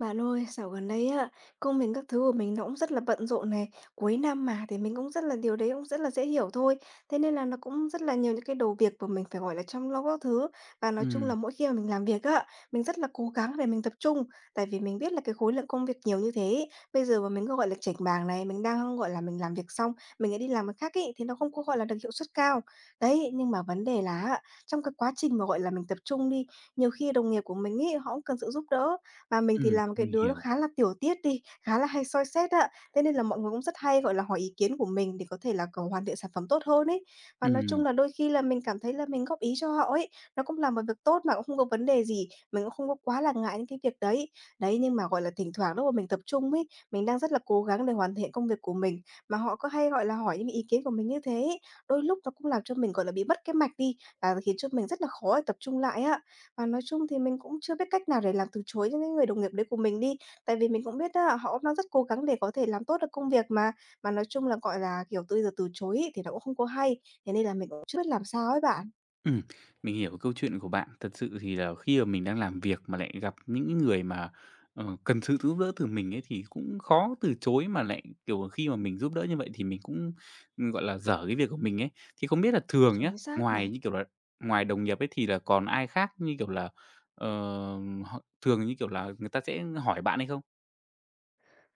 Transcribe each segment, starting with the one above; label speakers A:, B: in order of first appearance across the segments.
A: Bạn ơi, dạo gần đây á, công mình các thứ của mình nó cũng rất là bận rộn này, cuối năm mà thì mình cũng rất là điều đấy cũng rất là dễ hiểu thôi. Thế nên là nó cũng rất là nhiều những cái đầu việc mà mình phải gọi là chăm lo các thứ. Và nói chung là
B: Ừm,
A: mỗi khi mà mình làm việc á, mình rất là cố gắng để mình tập trung, tại vì mình biết là cái khối lượng công việc nhiều như thế, ý, bây giờ mà mình cứ gọi là chểnh mảng này, mình đang gọi là mình làm việc xong, mình lại đi làm cái khác ý, thì nó không có gọi là được hiệu suất cao. Đấy, nhưng mà vấn đề là á, trong cái quá trình mà gọi là mình tập trung đi, nhiều khi đồng nghiệp của mình ý, họ cũng cần sự giúp đỡ mà mình thì là một cái
B: mình
A: đứa nó
B: hiểu.
A: khá là tiểu tiết đi, khá là hay soi xét ạ, thế nên là mọi người cũng rất hay, gọi là, hỏi ý kiến của mình để có thể là còn hoàn thiện sản phẩm tốt hơn ấy. Và nói
B: Ừm,
A: chung là đôi khi là mình cảm thấy là mình góp ý cho họ ấy, nó cũng là một việc tốt mà cũng không có vấn đề gì, mình cũng không có quá là ngại những cái việc đấy. Đấy, nhưng mà, gọi là, thỉnh thoảng lúc mà mình tập trung ấy, mình đang rất là cố gắng để hoàn thiện công việc của mình, mà họ cứ hay, gọi là, hỏi những ý kiến của mình như thế ấy, đôi lúc nó cũng làm cho mình, gọi là, bị mất cái mạch đi, và khiến cho mình rất là khó để tập trung lại ạ. Và nói chung thì mình cũng chưa biết cách nào để làm từ chối những cái người đồng nghiệp đấy của mình đi. Tại vì mình cũng biết á, họ cũng đang rất cố gắng để có thể làm tốt được công việc mà. Mà nói chung là, gọi là, kiểu, bây giờ từ chối ấy, thì nó cũng không có hay, thế nên là mình cũng chưa biết làm sao ấy bạn.
B: ừm, mình hiểu câu chuyện của bạn. Thật sự thì là khi mà mình đang làm việc mà lại gặp những người mà, ờ, cần sự giúp đỡ từ mình ấy thì cũng khó từ chối, mà lại, kiểu, khi mà mình giúp đỡ như vậy thì mình cũng, gọi là, dở cái việc của mình ấy. Thì không biết là thường nhá,
A: Chính xác này.
B: như kiểu là, ngoài đồng nghiệp ấy thì là còn ai khác, như kiểu là, ờ, họ thường, như kiểu là, người ta sẽ hỏi bạn hay không?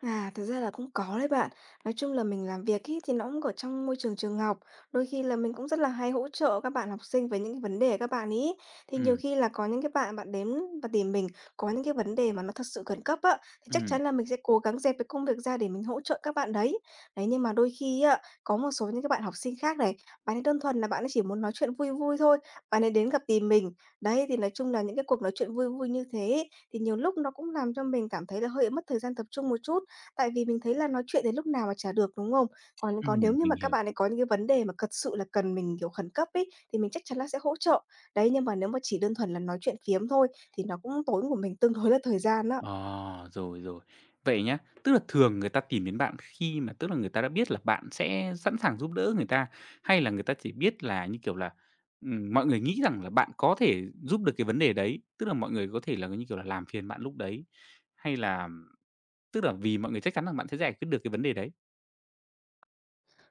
A: À, thực ra là cũng có đấy bạn. Nói chung là mình làm việc ý, thì nó cũng ở trong môi trường trường học. Đôi khi là mình cũng rất là hay hỗ trợ các bạn học sinh với những cái vấn đề các bạn ý. Thì nhiều
B: Ừm,
A: khi là có những cái bạn bạn đến và tìm mình có những cái vấn đề mà nó thật sự khẩn cấp á, thì chắc
B: ừm,
A: chắn là mình sẽ cố gắng dẹp cái công việc ra để mình hỗ trợ các bạn đấy. Đấy, nhưng mà đôi khi á, có một số những cái bạn học sinh khác này, bạn ấy đơn thuần là bạn ấy chỉ muốn nói chuyện vui vui thôi, bạn ấy đến gặp tìm mình. Đấy, thì nói chung là những cái cuộc nói chuyện vui vui như thế ý, thì nhiều lúc nó cũng làm cho mình cảm thấy là hơi mất thời gian tập trung một chút. Tại vì mình thấy là nói chuyện đến lúc nào mà chả được, đúng không? Còn còn nếu như
B: mình
A: mà các
B: hiểu.
A: bạn ấy có những cái vấn đề mà thật sự là cần mình, kiểu, khẩn cấp ấy, thì mình chắc chắn là sẽ hỗ trợ. Đấy, nhưng mà nếu mà chỉ đơn thuần là nói chuyện phiếm thôi thì nó cũng tốn của mình tương đối là thời gian á.
B: Ờ, rồi, rồi. Vậy nhá, tức là thường người ta tìm đến bạn khi mà tức là người ta đã biết là bạn sẽ sẵn sàng giúp đỡ người ta, hay là người ta chỉ biết là, như kiểu là, mọi người nghĩ rằng là bạn có thể giúp được cái vấn đề đấy, tức là mọi người có thể là, như kiểu là, làm phiền bạn lúc đấy, hay là tức là vì mọi người chắc chắn rằng bạn sẽ giải quyết được cái vấn đề đấy?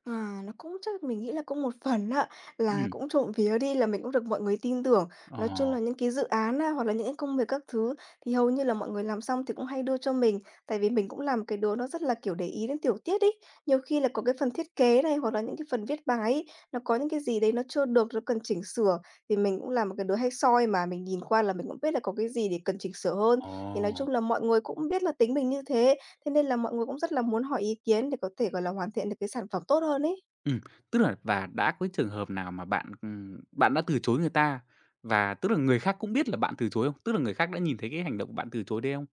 A: À, nó cũng chắc mình nghĩ là cũng một phần ạ, là
B: Ừm,
A: cũng trộm vía đi là mình cũng được mọi người tin tưởng.
B: ờ,
A: Nói chung là những cái dự án á, hoặc là những cái công việc các thứ thì hầu như là mọi người làm xong thì cũng hay đưa cho mình. Tại vì mình cũng làm cái đứa nó rất là, kiểu, để ý đến tiểu tiết ấy. Nhiều khi là có cái phần thiết kế này, hoặc là những cái phần viết bài ấy, nó có những cái gì đấy nó chưa được, nó cần chỉnh sửa, thì mình cũng là một cái đứa hay soi mà, mình nhìn qua là mình cũng biết là có cái gì để cần chỉnh sửa hơn.
B: ồ,
A: Thì nói chung là mọi người cũng biết là tính mình như thế. Thế nên là mọi người cũng rất là muốn hỏi ý kiến để có thể, gọi là, hoàn thiện được cái sản phẩm tốt hơn ấy.
B: ừm, Tức là và đã có cái trường hợp nào mà bạn, bạn đã từ chối người ta và tức là người khác cũng biết là bạn từ chối không? Tức là người khác đã nhìn thấy cái hành động của bạn từ chối đấy không?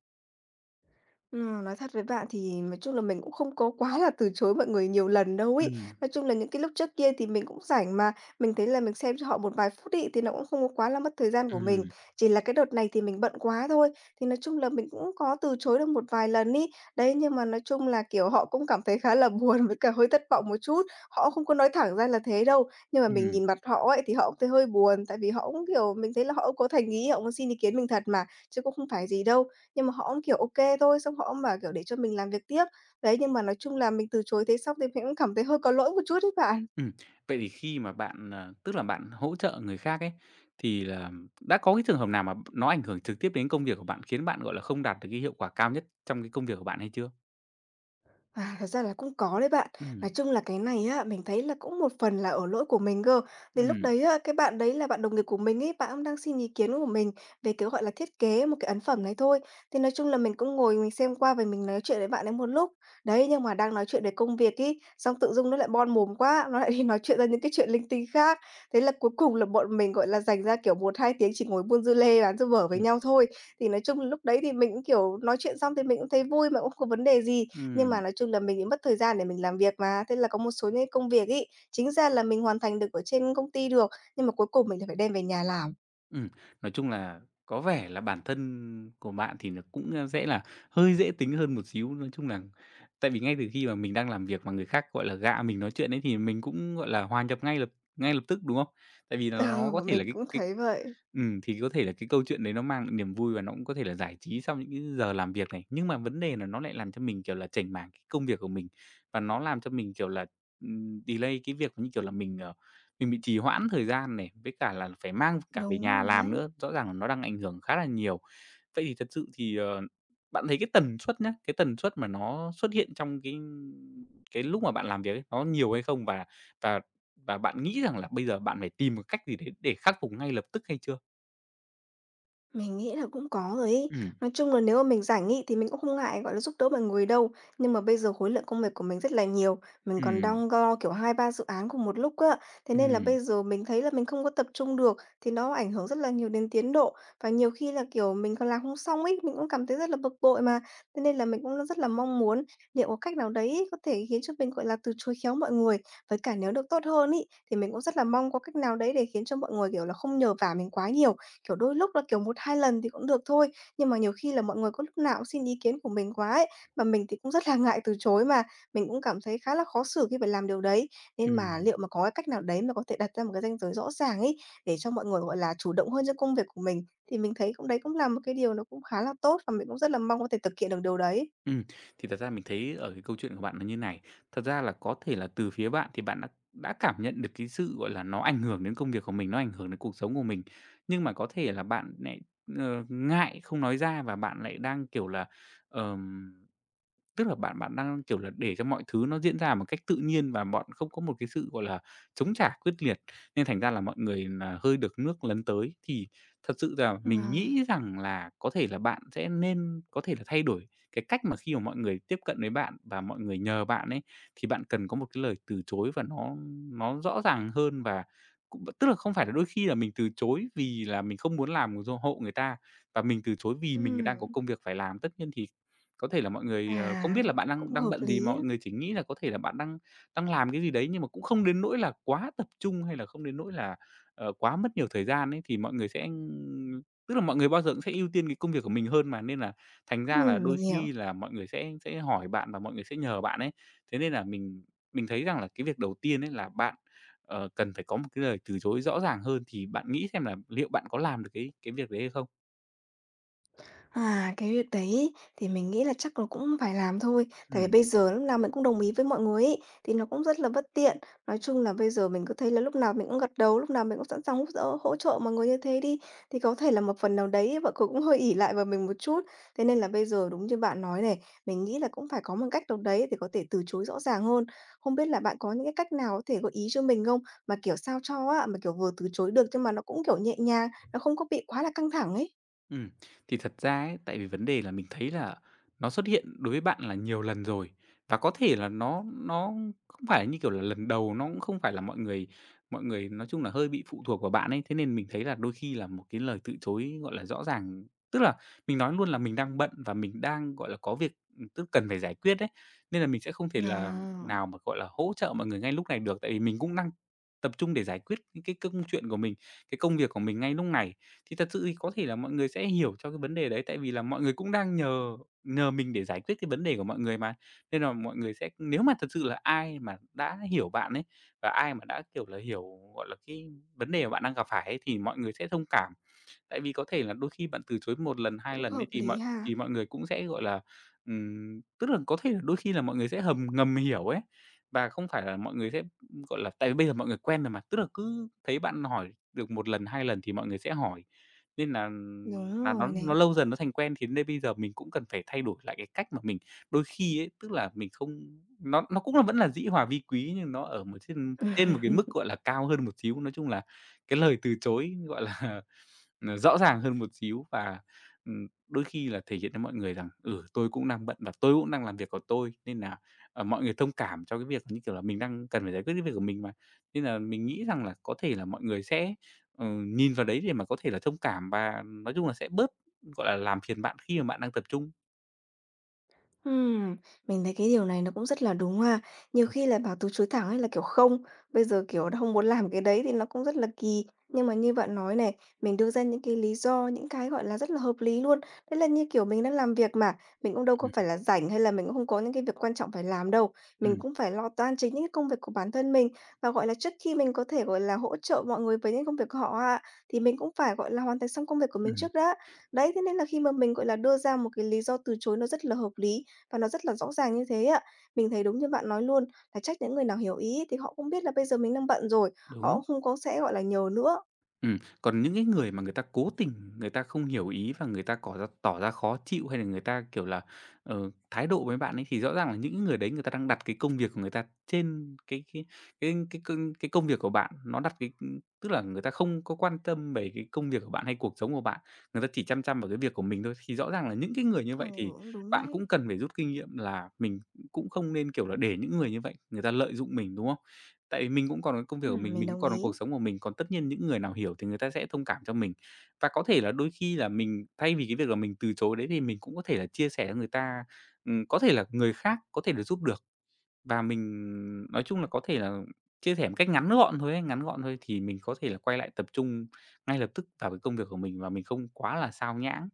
A: Nói thật với bạn thì nói chung là mình cũng không có quá là từ chối mọi người nhiều lần đâu ý.
B: Ừm,
A: Nói chung là những cái lúc trước kia thì mình cũng rảnh mà, mình thấy là mình xem cho họ một vài phút ấy, thì nó cũng không có quá là mất thời gian của mình.
B: ừm,
A: Chỉ là cái đợt này thì mình bận quá thôi, thì nói chung là mình cũng có từ chối được một vài lần ấy. Đấy, nhưng mà nói chung là, kiểu, họ cũng cảm thấy khá là buồn với cả hơi thất vọng một chút. Họ cũng không có nói thẳng ra là thế đâu, nhưng mà mình
B: ừm,
A: nhìn mặt họ ấy, thì họ cũng thấy hơi buồn, tại vì họ cũng, kiểu, mình thấy là họ cũng có thành ý, họ cũng xin ý kiến mình thật mà, chứ cũng không phải gì đâu. Nhưng mà họ cũng, kiểu, ok thôi, xong họ cũng bảo, kiểu, để cho mình làm việc tiếp. Đấy, nhưng mà nói chung là mình từ chối thế xong thì mình cũng cảm thấy hơi có lỗi một chút đấy bạn.
B: ừm. Vậy thì khi mà bạn, ờ, tức là bạn hỗ trợ người khác ấy, thì là đã có cái trường hợp nào mà nó ảnh hưởng trực tiếp đến công việc của bạn, khiến bạn, gọi là, không đạt được cái hiệu quả cao nhất trong cái công việc của bạn hay chưa?
A: À, thật ra là cũng có đấy bạn.
B: Ừm,
A: Nói chung là cái này á, mình thấy là cũng một phần là ở lỗi của mình cơ. Thì lúc
B: ừm,
A: đấy á, cái bạn đấy là bạn đồng nghiệp của mình ấy, bạn cũng đang xin ý kiến của mình về cái gọi là thiết kế một cái ấn phẩm này thôi. Thì nói chung là mình cũng ngồi mình xem qua và mình nói chuyện với bạn ấy một lúc. Đấy, nhưng mà đang nói chuyện về công việc ý, xong tự dưng nó lại bon mồm quá, nó lại đi nói chuyện ra những cái chuyện linh tinh khác. Thế là cuối cùng là bọn mình gọi là dành ra kiểu một hai tiếng chỉ ngồi buôn dưa lê bán dưa vở với
B: ừm,
A: nhau thôi. Thì nói chung là lúc đấy thì mình cũng kiểu nói chuyện xong thì mình cũng thấy vui mà cũng không có vấn đề gì, nhưng mà
B: ừm,
A: nói chung là mình bị mất thời gian để mình làm việc mà, thế là có một số những công việc ấy, chính ra là mình hoàn thành được ở trên công ty được, nhưng mà cuối cùng mình lại phải đem về nhà làm.
B: ừm. Nói chung là có vẻ là bản thân của bạn thì nó cũng, sẽ là hơi dễ tính hơn một xíu. Nói chung là tại vì ngay từ khi mà mình đang làm việc mà người khác, gọi là, gạ mình nói chuyện ấy, thì mình cũng, gọi là, hòa nhập ngay lập tức, đúng không? Tại vì là nó
A: Ờ,
B: có thể là
A: mình cũng
B: cái
A: thấy vậy.
B: Thì có thể là cái câu chuyện đấy nó mang niềm vui và nó cũng có thể là giải trí sau những cái giờ làm việc này. Nhưng mà vấn đề là nó lại làm cho mình, kiểu là, chểnh mảng cái công việc của mình, và nó làm cho mình, kiểu là, delay cái việc, như kiểu là, mình bị trì hoãn thời gian này, với cả là phải mang cả về
A: Đúng
B: nhà
A: rồi
B: làm
A: đấy.
B: nữa, rõ ràng là nó đang ảnh hưởng khá là nhiều. Vậy thì thật sự thì, ờ, bạn thấy cái tần suất nhá, cái tần suất mà nó xuất hiện trong cái lúc mà bạn làm việc ấy, nó nhiều hay không? Và và bạn nghĩ rằng là bây giờ bạn phải tìm một cách gì đấy để khắc phục ngay lập tức hay chưa?
A: Mình nghĩ là cũng có rồi ấy.
B: Ừm,
A: Nói chung là nếu mà mình rảnh ấy thì mình cũng không ngại, gọi là, giúp đỡ mọi người đâu. Nhưng mà bây giờ khối lượng công việc của mình rất là nhiều, mình còn
B: ừm,
A: đang lo, kiểu, hai ba dự án cùng một lúc á. Thế nên là
B: ừm,
A: bây giờ mình thấy là mình không có tập trung được, thì nó ảnh hưởng rất là nhiều đến tiến độ. Và nhiều khi là, kiểu, mình còn làm không xong ấy, mình cũng cảm thấy rất là bực bội mà. Thế nên là mình cũng rất là mong muốn liệu có cách nào đấy ấy có thể khiến cho mình, gọi là, từ chối khéo mọi người. Với cả nếu được tốt hơn ấy, thì mình cũng rất là mong có cách nào đấy để khiến cho mọi người, kiểu là, không nhờ vả mình quá nhiều. Kiểu, đôi lúc là, kiểu, một 2 lần thì cũng được thôi, nhưng mà nhiều khi là mọi người có lúc nào cũng xin ý kiến của mình quá ấy, mà mình thì cũng rất là ngại từ chối mà, mình cũng cảm thấy khá là khó xử khi phải làm điều đấy. Nên mà
B: ừm,
A: liệu mà có cái cách nào đấy mà có thể đặt ra một cái ranh giới rõ ràng ấy, để cho mọi người, gọi là, chủ động hơn trong công việc của mình, thì mình thấy cũng đấy cũng là một cái điều nó cũng khá là tốt và mình cũng rất là mong có thể thực hiện được điều đấy.
B: ừm. Thì thật ra mình thấy ở cái câu chuyện của bạn nó như này, thật ra là có thể là từ phía bạn thì bạn đã cảm nhận được cái sự, gọi là, nó ảnh hưởng đến công việc của mình, nó ảnh hưởng đến cuộc sống của mình. Nhưng mà có thể là ngại không nói ra và bạn lại đang, kiểu là, ờm tức là bạn bạn đang, kiểu là, để cho mọi thứ nó diễn ra một cách tự nhiên và bọn không có một cái sự, gọi là, chống trả quyết liệt, nên thành ra là mọi người nà hơi được nước lấn tới. Thì thật sự là mình
A: Ừm.
B: nghĩ rằng là có thể là bạn sẽ nên có thể là thay đổi cái cách mà khi mà mọi người tiếp cận với bạn và mọi người nhờ bạn ấy, thì bạn cần có một cái lời từ chối và nó rõ ràng hơn và cũng tức là không phải là đôi khi là mình từ chối vì là mình không muốn làm hộ người ta, và mình từ chối vì mình đang có
A: Ừm,
B: công việc phải làm. Tất nhiên thì có thể là mọi người,
A: à,
B: ờ, không biết là bạn đang
A: cũng
B: đang
A: hợp
B: bận gì
A: lý
B: mà
A: á.
B: mọi người chỉ nghĩ là có thể là bạn đang đang làm cái gì đấy, nhưng mà cũng không đến nỗi là quá tập trung hay là không đến nỗi là, ờ, quá mất nhiều thời gian ấy, thì mọi người sẽ, tức là mọi người bao giờ cũng sẽ ưu tiên cái công việc của mình hơn mà, nên là thành ra là
A: Mình
B: đôi
A: hiểu.
B: khi là mọi người sẽ hỏi bạn và mọi người sẽ nhờ bạn ấy. Thế nên là mình thấy rằng là cái việc đầu tiên ấy là bạn, ờ, cần phải có một cái lời từ chối rõ ràng hơn, thì bạn nghĩ xem là liệu bạn có làm được cái việc đấy hay không?
A: À, cái việc đấy ấy, thì mình nghĩ là chắc là cũng phải làm thôi, tại vì
B: Ừm.
A: bây giờ lúc nào mình cũng đồng ý với mọi người ấy, thì nó cũng rất là bất tiện. Nói chung là bây giờ mình cứ thấy là lúc nào mình cũng gật đầu, lúc nào mình cũng sẵn sàng húp dỡ hỗ trợ mọi người như thế đi, thì có thể là một phần nào đấy vợ chồng cũng hơi ỷ lại vào mình một chút. Thế nên là bây giờ đúng như bạn nói này, mình nghĩ là cũng phải có một cách nào đấy để có thể từ chối rõ ràng hơn. Không biết là bạn có những cái cách nào có thể gợi ý cho mình không? Mà kiểu sao cho á, mà kiểu vừa từ chối được nhưng mà nó cũng kiểu nhẹ nhàng, nó không có bị quá là căng thẳng ấy.
B: Ừ thì thật ra ấy, tại vì vấn đề là mình thấy là nó xuất hiện đối với bạn là nhiều lần rồi, và có thể là nó không phải như, kiểu là, lần đầu, nó cũng không phải là mọi người nói chung là hơi bị phụ thuộc vào bạn ấy. Thế nên mình thấy là đôi khi là một cái lời từ chối, gọi là, rõ ràng tức là mình nói luôn là mình đang bận và mình đang, gọi là, có việc, tức cần phải giải quyết đấy nên là mình sẽ không thể là
A: À.
B: nào mà, gọi là, hỗ trợ mọi người ngay lúc này được, tại vì mình cũng đang tập trung để giải quyết những cái công chuyện của mình, cái công việc của mình ngay lúc này. Thì thật sự thì có thể là mọi người sẽ hiểu cho cái vấn đề đấy, tại vì là mọi người cũng đang nhờ nhờ mình để giải quyết cái vấn đề của mọi người mà. Nên là mọi người sẽ nếu mà thật sự là ai mà đã hiểu bạn ấy, và ai mà đã, kiểu là, hiểu, gọi là, cái vấn đề mà bạn đang gặp phải ấy, thì mọi người sẽ thông cảm. Tại vì có thể là đôi khi bạn từ chối một lần, hai
A: Cũng
B: lần
A: hợp
B: ấy
A: lý ha.
B: thì mọi người cũng sẽ, gọi là, tức là có thể là đôi khi là mọi người sẽ hầm ngầm hiểu ấy, và không phải là mọi người sẽ, gọi là tại vì bây giờ mọi người quen rồi mà, tức là cứ thấy bạn hỏi được một lần, 2 lần thì mọi người sẽ hỏi. Nên là
A: Đúng
B: nó
A: rồi này.
B: lâu dần nó thành quen, thế nên bây giờ mình cũng cần phải thay đổi lại cái cách mà mình đôi khi ấy, tức là mình không nó nó cũng là vẫn là dĩ hòa vi quý nhưng nó ở một trên trên
A: Ừm.
B: một cái mức, gọi là, cao hơn một xíu. Nói chung là cái lời từ chối, gọi là, ờ, rõ ràng hơn một xíu và, đôi khi là thể hiện cho mọi người rằng, ừ, tôi cũng đang bận và tôi cũng đang làm việc của tôi, nên là ờ, mọi người thông cảm cho cái việc, như kiểu là, mình đang cần phải giải quyết cái việc của mình mà. Nên là mình nghĩ rằng là có thể là mọi người sẽ, ờ, nhìn vào đấy để mà có thể là thông cảm và nói chung là sẽ bớt, gọi là, làm phiền bạn khi mà bạn đang tập trung.
A: Ừm, mình thấy cái điều này nó cũng rất là đúng ha. Nhiều khi là bảo từ chối thẳng ấy là, kiểu, không, bây giờ, kiểu, đã không muốn làm cái đấy thì nó cũng rất là kỳ. Nhưng mà như bạn nói này, mình đưa ra những cái lý do, những cái, gọi là, rất là hợp lý luôn. Đấy là như kiểu mình đang làm việc mà, mình cũng đâu có
B: Ừm,
A: phải
B: ừm.
A: là rảnh hay là mình cũng không có những cái việc quan trọng phải làm đâu. Mình
B: Ừm,
A: cũng phải lo toan chính những cái công việc của bản thân mình và, gọi là, trước khi mình có thể, gọi là, hỗ trợ mọi người với những công việc của họ á, thì mình cũng phải, gọi là, hoàn thành xong công việc của mình
B: ừm,
A: trước đã. Đấy, thế nên là khi mà mình, gọi là, đưa ra một cái lý do từ chối nó rất là hợp lý và nó rất là rõ ràng như thế ạ. Mình thấy đúng như bạn nói luôn, là trách những người nào hiểu ý thì họ cũng biết là bây giờ mình đang bận rồi, họ
B: đúng.
A: cũng không có sẽ, gọi là, nhờ nữa.
B: Ừm, Còn những cái người mà người ta cố tình người ta không hiểu ý và người ta cỏ ra tỏ ra khó chịu, hay là người ta, kiểu là, ờ, thái độ với bạn ấy, thì rõ ràng là những cái người đấy người ta đang đặt cái công việc của người ta trên cái công việc của bạn. Nó đặt cái tức là người ta không có quan tâm về cái công việc của bạn hay cuộc sống của bạn, người ta chỉ chăm chăm vào cái việc của mình thôi. Thì rõ ràng là những cái người như
A: Ừ,
B: vậy thì
A: cũng đúng
B: bạn
A: đấy.
B: cũng cần phải rút kinh nghiệm là mình cũng không nên, kiểu là, để những người như vậy người ta lợi dụng mình, đúng không? Tại vì mình cũng còn có công việc của
A: Mình
B: mình cũng
A: đồng
B: còn có
A: ý.
B: cuộc sống của mình, còn tất nhiên những người nào hiểu thì người ta sẽ thông cảm cho mình. Và có thể là đôi khi là mình thay vì cái việc là mình từ chối đấy thì mình cũng có thể là chia sẻ cho người ta, có thể là người khác có thể là giúp được, và mình nói chung là có thể là chia sẻ một cách ngắn gọn thôi ấy, ngắn gọn thôi thì mình có thể là quay lại tập trung ngay lập tức vào cái công việc của mình và mình không quá là sao nhãng.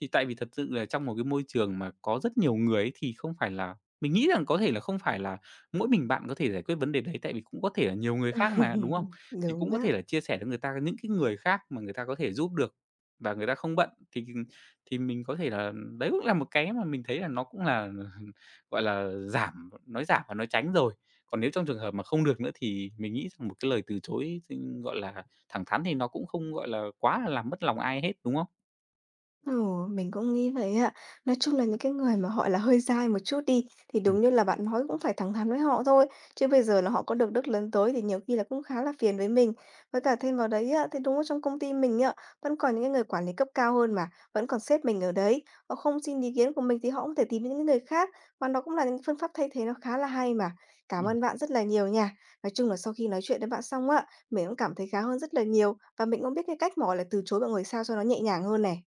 B: Thì tại vì thật sự là trong một cái môi trường mà có rất nhiều người ấy thì không phải là mình nghĩ rằng có thể là không phải là mỗi mình bạn có thể giải quyết vấn đề đấy, tại vì cũng có thể là nhiều người khác mà, đúng không? Thì
A: Đúng
B: cũng có
A: á.
B: thể là chia sẻ với người ta những cái người khác mà người ta có thể giúp được và người ta không bận thì mình có thể là đấy cũng là một cái mà mình thấy là nó cũng là, gọi là, giảm Nói giảm và nói tránh rồi. Còn nếu trong trường hợp mà không được nữa thì mình nghĩ rằng một cái lời từ chối, gọi là, thẳng thắn thì nó cũng không, gọi là, quá là làm mất lòng ai hết, đúng không?
A: Ồ, mình cũng nghĩ vậy ạ. Nói chung là những cái người mà họ là hơi dai một chút đi, thì
B: Ừm.
A: đúng như là bạn nói cũng phải thẳng thắn với họ thôi, chứ bây giờ là họ có được đức lớn tới thì nhiều khi là cũng khá là phiền với mình. Với cả thêm vào đấy ạ thì đúng là trong công ty mình ạ vẫn còn những cái người quản lý cấp cao hơn mà, vẫn còn sếp mình ở đấy. Họ không xin ý kiến của mình thì họ cũng thể tìm những cái người khác, và nó cũng là những phương pháp thay thế nó khá là hay mà. Cảm
B: Ừm.
A: ơn bạn rất là nhiều nha. Nói chung là sau khi nói chuyện với bạn xong ạ mình cũng cảm thấy khá hơn rất là nhiều, và mình cũng biết cái cách mà gọi là từ chối mọi người sao cho nó nhẹ nhàng hơn này.